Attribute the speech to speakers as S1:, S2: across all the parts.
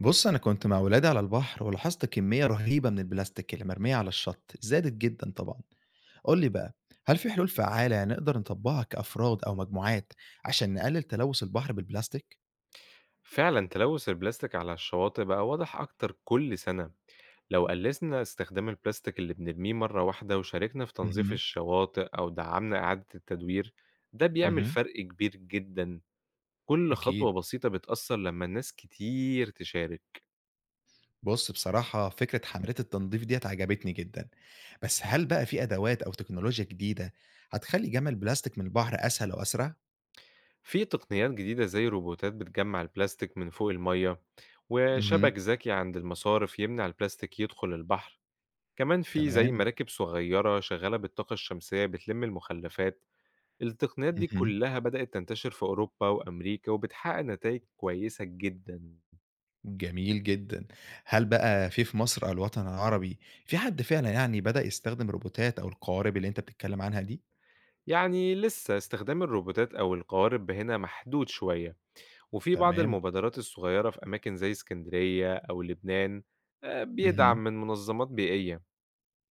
S1: بص أنا كنت مع ولادي على البحر ولاحظت كمية رهيبة من البلاستيك اللي مرمية على الشط زادت جدا طبعا. قول لي بقى، هل في حلول فعالة نقدر نطبقها كأفراد أو مجموعات عشان نقلل تلوث البحر بالبلاستيك؟
S2: فعلا تلوث البلاستيك على الشواطئ بقى واضح أكتر كل سنة. لو قلصنا استخدام البلاستيك اللي بنرميه مرة واحدة وشاركنا في تنظيف
S1: اها،
S2: الشواطئ أو دعمنا إعادة التدوير، ده بيعمل
S1: اها،
S2: فرق كبير جدا. كل خطوة
S1: أكيد.
S2: بسيطة بتأثر لما الناس كتير تشارك.
S1: بص بصراحة فكرة حملات التنظيف ديت عجبتني جدا، بس هل بقى في أدوات أو تكنولوجيا جديدة هتخلي جمع البلاستيك من البحر أسهل وأسرع؟
S2: في تقنيات جديدة زي روبوتات بتجمع البلاستيك من فوق المية،
S1: اها،
S2: وشبك ذكي عند المصارف يمنع البلاستيك يدخل البحر. كمان في زي
S1: تمام،
S2: مراكب صغيرة شغالة بالطاقة الشمسية بتلم المخلفات. التقنيات دي
S1: اها،
S2: كلها بدأت تنتشر في أوروبا وأمريكا وبتحقق نتائج كويسة جدا.
S1: جميل جدًا. هل بقى في مصر أو الوطن العربي في حد فعلًا يعني بدأ يستخدم الروبوتات أو القوارب اللي أنت بتتكلم عنها دي؟
S2: يعني لسه استخدام الروبوتات أو القوارب هنا محدود شوية، وفي بعض
S1: تمام.
S2: المبادرات الصغيرة في أماكن زي اسكندرية أو لبنان.
S1: اهم،
S2: بيدعم من منظمات بيئية.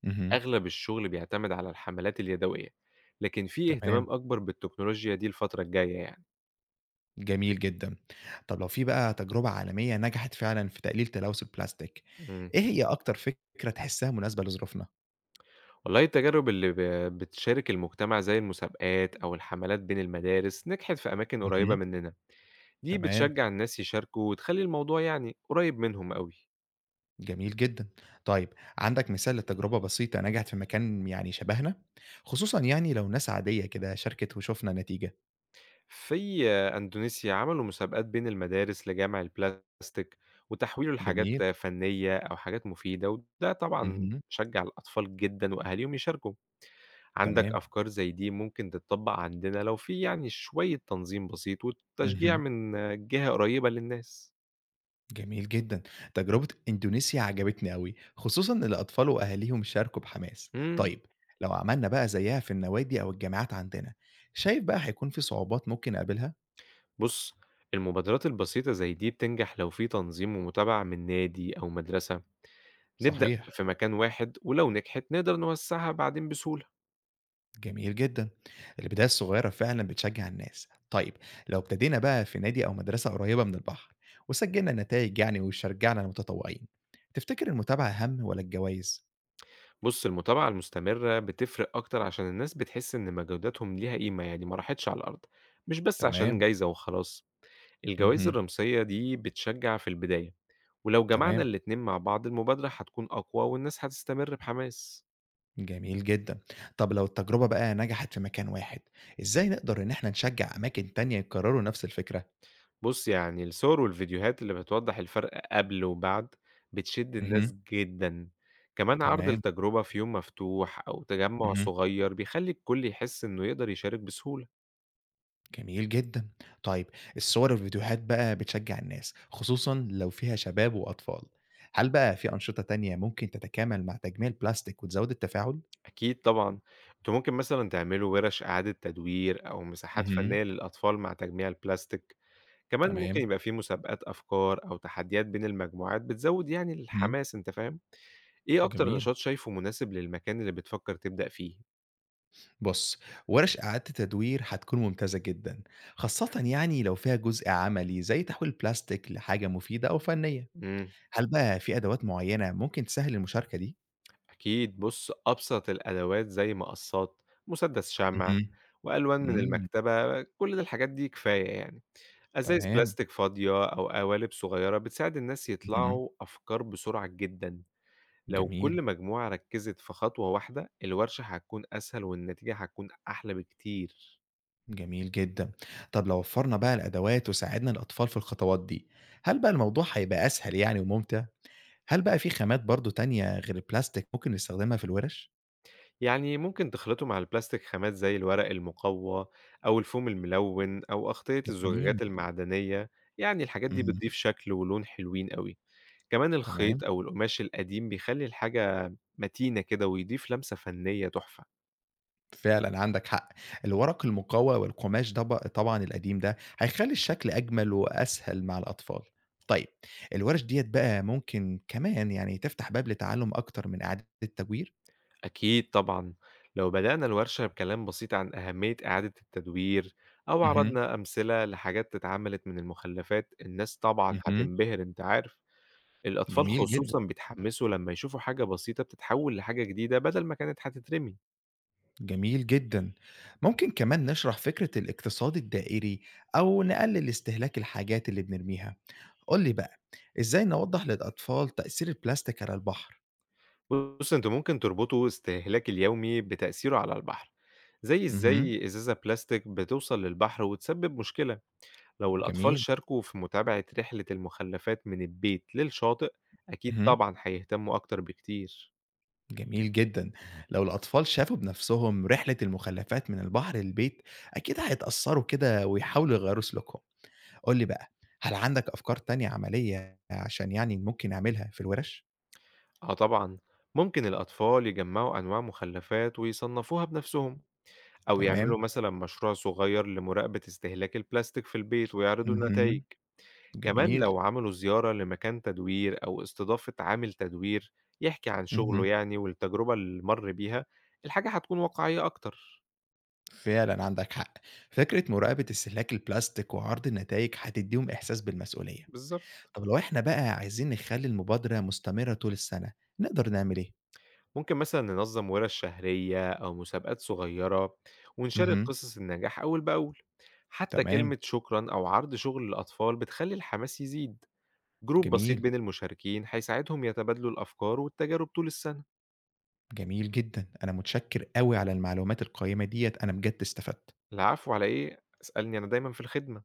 S1: اهم،
S2: أغلب الشغل بيعتمد على الحملات اليدوية، لكن في
S1: تمام،
S2: اهتمام أكبر بالتكنولوجيا دي الفترة الجاية يعني
S1: جميل جدًا. طب لو في بقى تجربة عالمية نجحت فعلًا في تقليل تلوث البلاستيك،
S2: مم.
S1: إيه هي أكتر فكرة تحسها مناسبة لظروفنا؟
S2: والله التجارب اللي بتشارك المجتمع زي المسابقات أو الحملات بين المدارس نجحت في أماكن قريبة
S1: اهم،
S2: مننا. دي
S1: تمام،
S2: بتشجّع الناس يشاركوا وتخلّي الموضوع يعني قريّب منهم أوي.
S1: جميل جدًا. طيب عندك مثال لتجربة بسيطة نجحت في مكان يعني شبهنا؟ خصوصًا يعني لو ناس عادية كده شاركت وشُفنا نتيجة.
S2: في أندونيسيا عملوا مسابقات بين المدارس لجمع البلاستيك وتحويله
S1: جميل،
S2: لحاجات فنية أو حاجات مفيدة، وده طبعًا
S1: اهم.
S2: شجّع الأطفال جدًا وأهاليهم يشاركوا. عندك
S1: تمام.
S2: أفكار زي دي ممكن تتطبّق عندنا لو في يعني شوية تنظيم بسيط وتشجيع
S1: اهم.
S2: من جهة قريّبة للناس.
S1: جميل جدًا. تجربة إندونيسيا عجبتني أوي، خصوصًا إن الأطفال وأهاليهم شاركوا بحماس.
S2: إمم.
S1: طيب لو عملنا بقى زيها في النوادي أو الجامعات عندنا، شايف بقى هيكون في صعوبات ممكن نقابلها؟
S2: بُص، المبادرات البسيطة زي دي بتنجح لو في تنظيم ومتابعة من نادي أو مدرسة. نبدأ
S1: صحيح.
S2: في مكان واحد، ولو نجحت نقدر نوسعها بعدين بسهولة.
S1: جميل جدًا. البداية الصغيرة فعلًا بتشجّع الناس. طيب لو ابتدينا بقى في نادي أو مدرسة قريبة من البحر وسجّلنا النتايج يعني وشجّعنا المتطوعين، تفتكر المتابعة أهم والّا الجوايز؟
S2: بص، المتابعة المستمرة بتفرق أكتر عشان الناس بتحس إن مجهوداتهم ليها قيمة، يعني ما راحتش على الأرض، مش بس عشان
S1: تمام.
S2: جايزة وخلاص. الجوائز
S1: اهم.
S2: الرمزية دي بتشجع في البداية، ولو جمعنا
S1: تمام.
S2: الاتنين مع بعض المبادرة هتكون أقوى والناس هتستمر بحماس.
S1: جميل جدًا. طب لو التجربة بقى نجحت في مكان واحد، إزاي نقدر إن إحنا نشجّع أماكن تانية يكرّروا نفس الفكرة؟
S2: بُص، يعني الصور والفيديوهات اللي بتوضّح الفرق قبل وبعد بتشد
S1: اهم،
S2: الناس جدًا. كمان عرض
S1: تمام،
S2: التجربة في يوم مفتوح أو تجمُّع
S1: اهم،
S2: صغير بيخلّي الكل يحس إنه يقدر يشارك بسهولة.
S1: جميل جدًا. طيب الصور والفيديوهات بقى بتشجّع الناس، خصوصًا لو فيها شباب وأطفال. هل بقى في أنشطة تانية ممكن تتكامل مع تجميع البلاستيك وتزوّد التفاعل؟
S2: أكيد طبعًا. أنتم ممكن مثلًا تعملوا وِرَش إعادة تدوير أو مساحات
S1: اهم،
S2: فنية للأطفال مع تجميع البلاستيك. كمان ممكن
S1: تمام،
S2: يبقى في مسابقات أفكار أو تحديات بين المجموعات بتزوّد يعني
S1: اهم،
S2: الحماس، أنت فاهم؟ إيه أكتر
S1: جميل.
S2: نشاط شايفه مناسب للمكان اللي بتفكّر تبدأ فيه؟
S1: بُص، ورش إعادة تدوير هتكون ممتازة جدًا، خاصةً يعني لو فيها جزء عملي زي تحويل البلاستيك لحاجة مفيدة أو فنية.
S2: إمم.
S1: هل بقى في أدوات معيّنة ممكن تسهّل المشاركة دي؟
S2: أكيد بُص، أبسط الأدوات زي مقصّات، مسدس شمع،
S1: اهم.
S2: وألوان من
S1: إمم،
S2: المكتبة. كل الحاجات دي كفاية يعني. أزايز
S1: تمام.
S2: بلاستيك فاضية أو قوالب صغيرة بتساعد الناس
S1: اهم.
S2: يطلعوا أفكار بسرعة جدًا. لو
S1: جميل،
S2: كل مجموعة ركّزت في خطوة واحدة، الورشة هتكون أسهل والنتيجة هتكون أحلى بكتير.
S1: جميل جدًا. طب لو وفّرنا بقى الأدوات وساعدنا الأطفال في الخطوات دي، هل بقى الموضوع هيبقى أسهل يعني وممتع؟ هل بقى في خامات برضه تانية غير البلاستيك ممكن نستخدمها في الورش؟
S2: يعني ممكن تخلطوا مع البلاستيك خامات زي الورق المقوى أو الفوم الملوِّن أو أغطية
S1: جميل،
S2: الزجاجات المعدنية. يعني الحاجات دي
S1: اهم،
S2: بتضيف شكل ولون حلوين أوي. كمان
S1: تمام.
S2: الخيط أو القماش القديم بيخلّي الحاجة متينة كده ويضيف لمسة فنية تحفة.
S1: فعلًا عندك حق، الورق المقوى والقماش ده طبعًا القديم ده، هيخلّي الشكل أجمل وأسهل مع الأطفال. طيب الورش ديّة بقى ممكن كمان يعني تفتح باب لتعلُّم أكتر من إعادة التدوير؟
S2: أكيد طبعًا. لو بدأنا الورشة بكلام بسيط عن أهمية إعادة التدوير أو
S1: اهم،
S2: عرضنا أمثلة لحاجات اتعملت من المخلفات، الناس طبعًا
S1: اهم،
S2: هتنبهر أنت عارف. الأطفال
S1: جميل جدًا،
S2: خصوصًا بيتحمسوا لمّا يشوفوا حاجة بسيطة بتتحول لحاجة جديدة بدل ما كانت هتترمي.
S1: جميل جدًا. ممكن كمان نشرح فكرة الاقتصاد الدائري أو نقلل استهلاك الحاجات اللي بنرميها. قُل لي بقى، إزاي نوضّح للأطفال تأثير البلاستيك على البحر؟
S2: بُص، أنتم ممكن تربطوا استهلاك اليومي بتأثيره على البحر، زي
S1: اهم،
S2: إزاي إزازة بلاستيك بتوصل للبحر وتسبب مشكلة. لو الأطفال
S1: جميل،
S2: شاركوا في متابعة رحلة المخلفات من البيت للشاطئ، أكيد
S1: اهم.
S2: طبعًا هيهتموا أكتر بكتير.
S1: جميل جدًا. لو الأطفال شافوا بنفسهم رحلة المخلفات من البحر للبيت، أكيد هيتأثّروا كده ويحاولوا يغيّروا سلوكهم. قُل لي بقى، هل عندك أفكار تانية عملية عشان يعني ممكن نعملها في الورش؟
S2: آه طبعًا. ممكن الأطفال يجمعوا أنواع مخلفات ويصنفوها بنفسهم، أو
S1: تمام.
S2: يعملوا مثلًا مشروع صغير لمراقبة استهلاك البلاستيك في البيت ويعرضوا النتائج.
S1: اهم.
S2: كمان
S1: جميل.
S2: لو عملوا زيارة لمكان تدوير أو استضافة عامل تدوير يحكي عن
S1: اهم.
S2: شغله يعني والتجربة اللي مر بيها، الحاجة هتكون واقعية أكتر.
S1: فعلًا عندك حق. فكرة مراقبة استهلاك البلاستيك وعرض النتايج هتدّيهم إحساس بالمسؤولية.
S2: بالضبط.
S1: طب لو إحنا بقى عايزين نخلّي المبادرة مستمرة طول السنة، نقدر نعمل إيه؟
S2: ممكن مثلًا ننظّم وِرش شهرية أو مسابقات صغيرة، ونشارك
S1: اهم.
S2: قصص النجاح أول بأول. حتى
S1: تمام.
S2: كلمة شكرًا أو عرض شغل للأطفال بتخلّي الحماس يزيد. جروب بسيط
S1: جميل.
S2: بين المشاركين هيساعدهم يتبادلوا الأفكار والتجارب طول السنة.
S1: جميل جدًا، أنا متشكر أوي على المعلومات القيّمة ديّة، أنا بجد استفدت.
S2: العفو على إيه، اسألني، أنا دايمًا في الخدمة.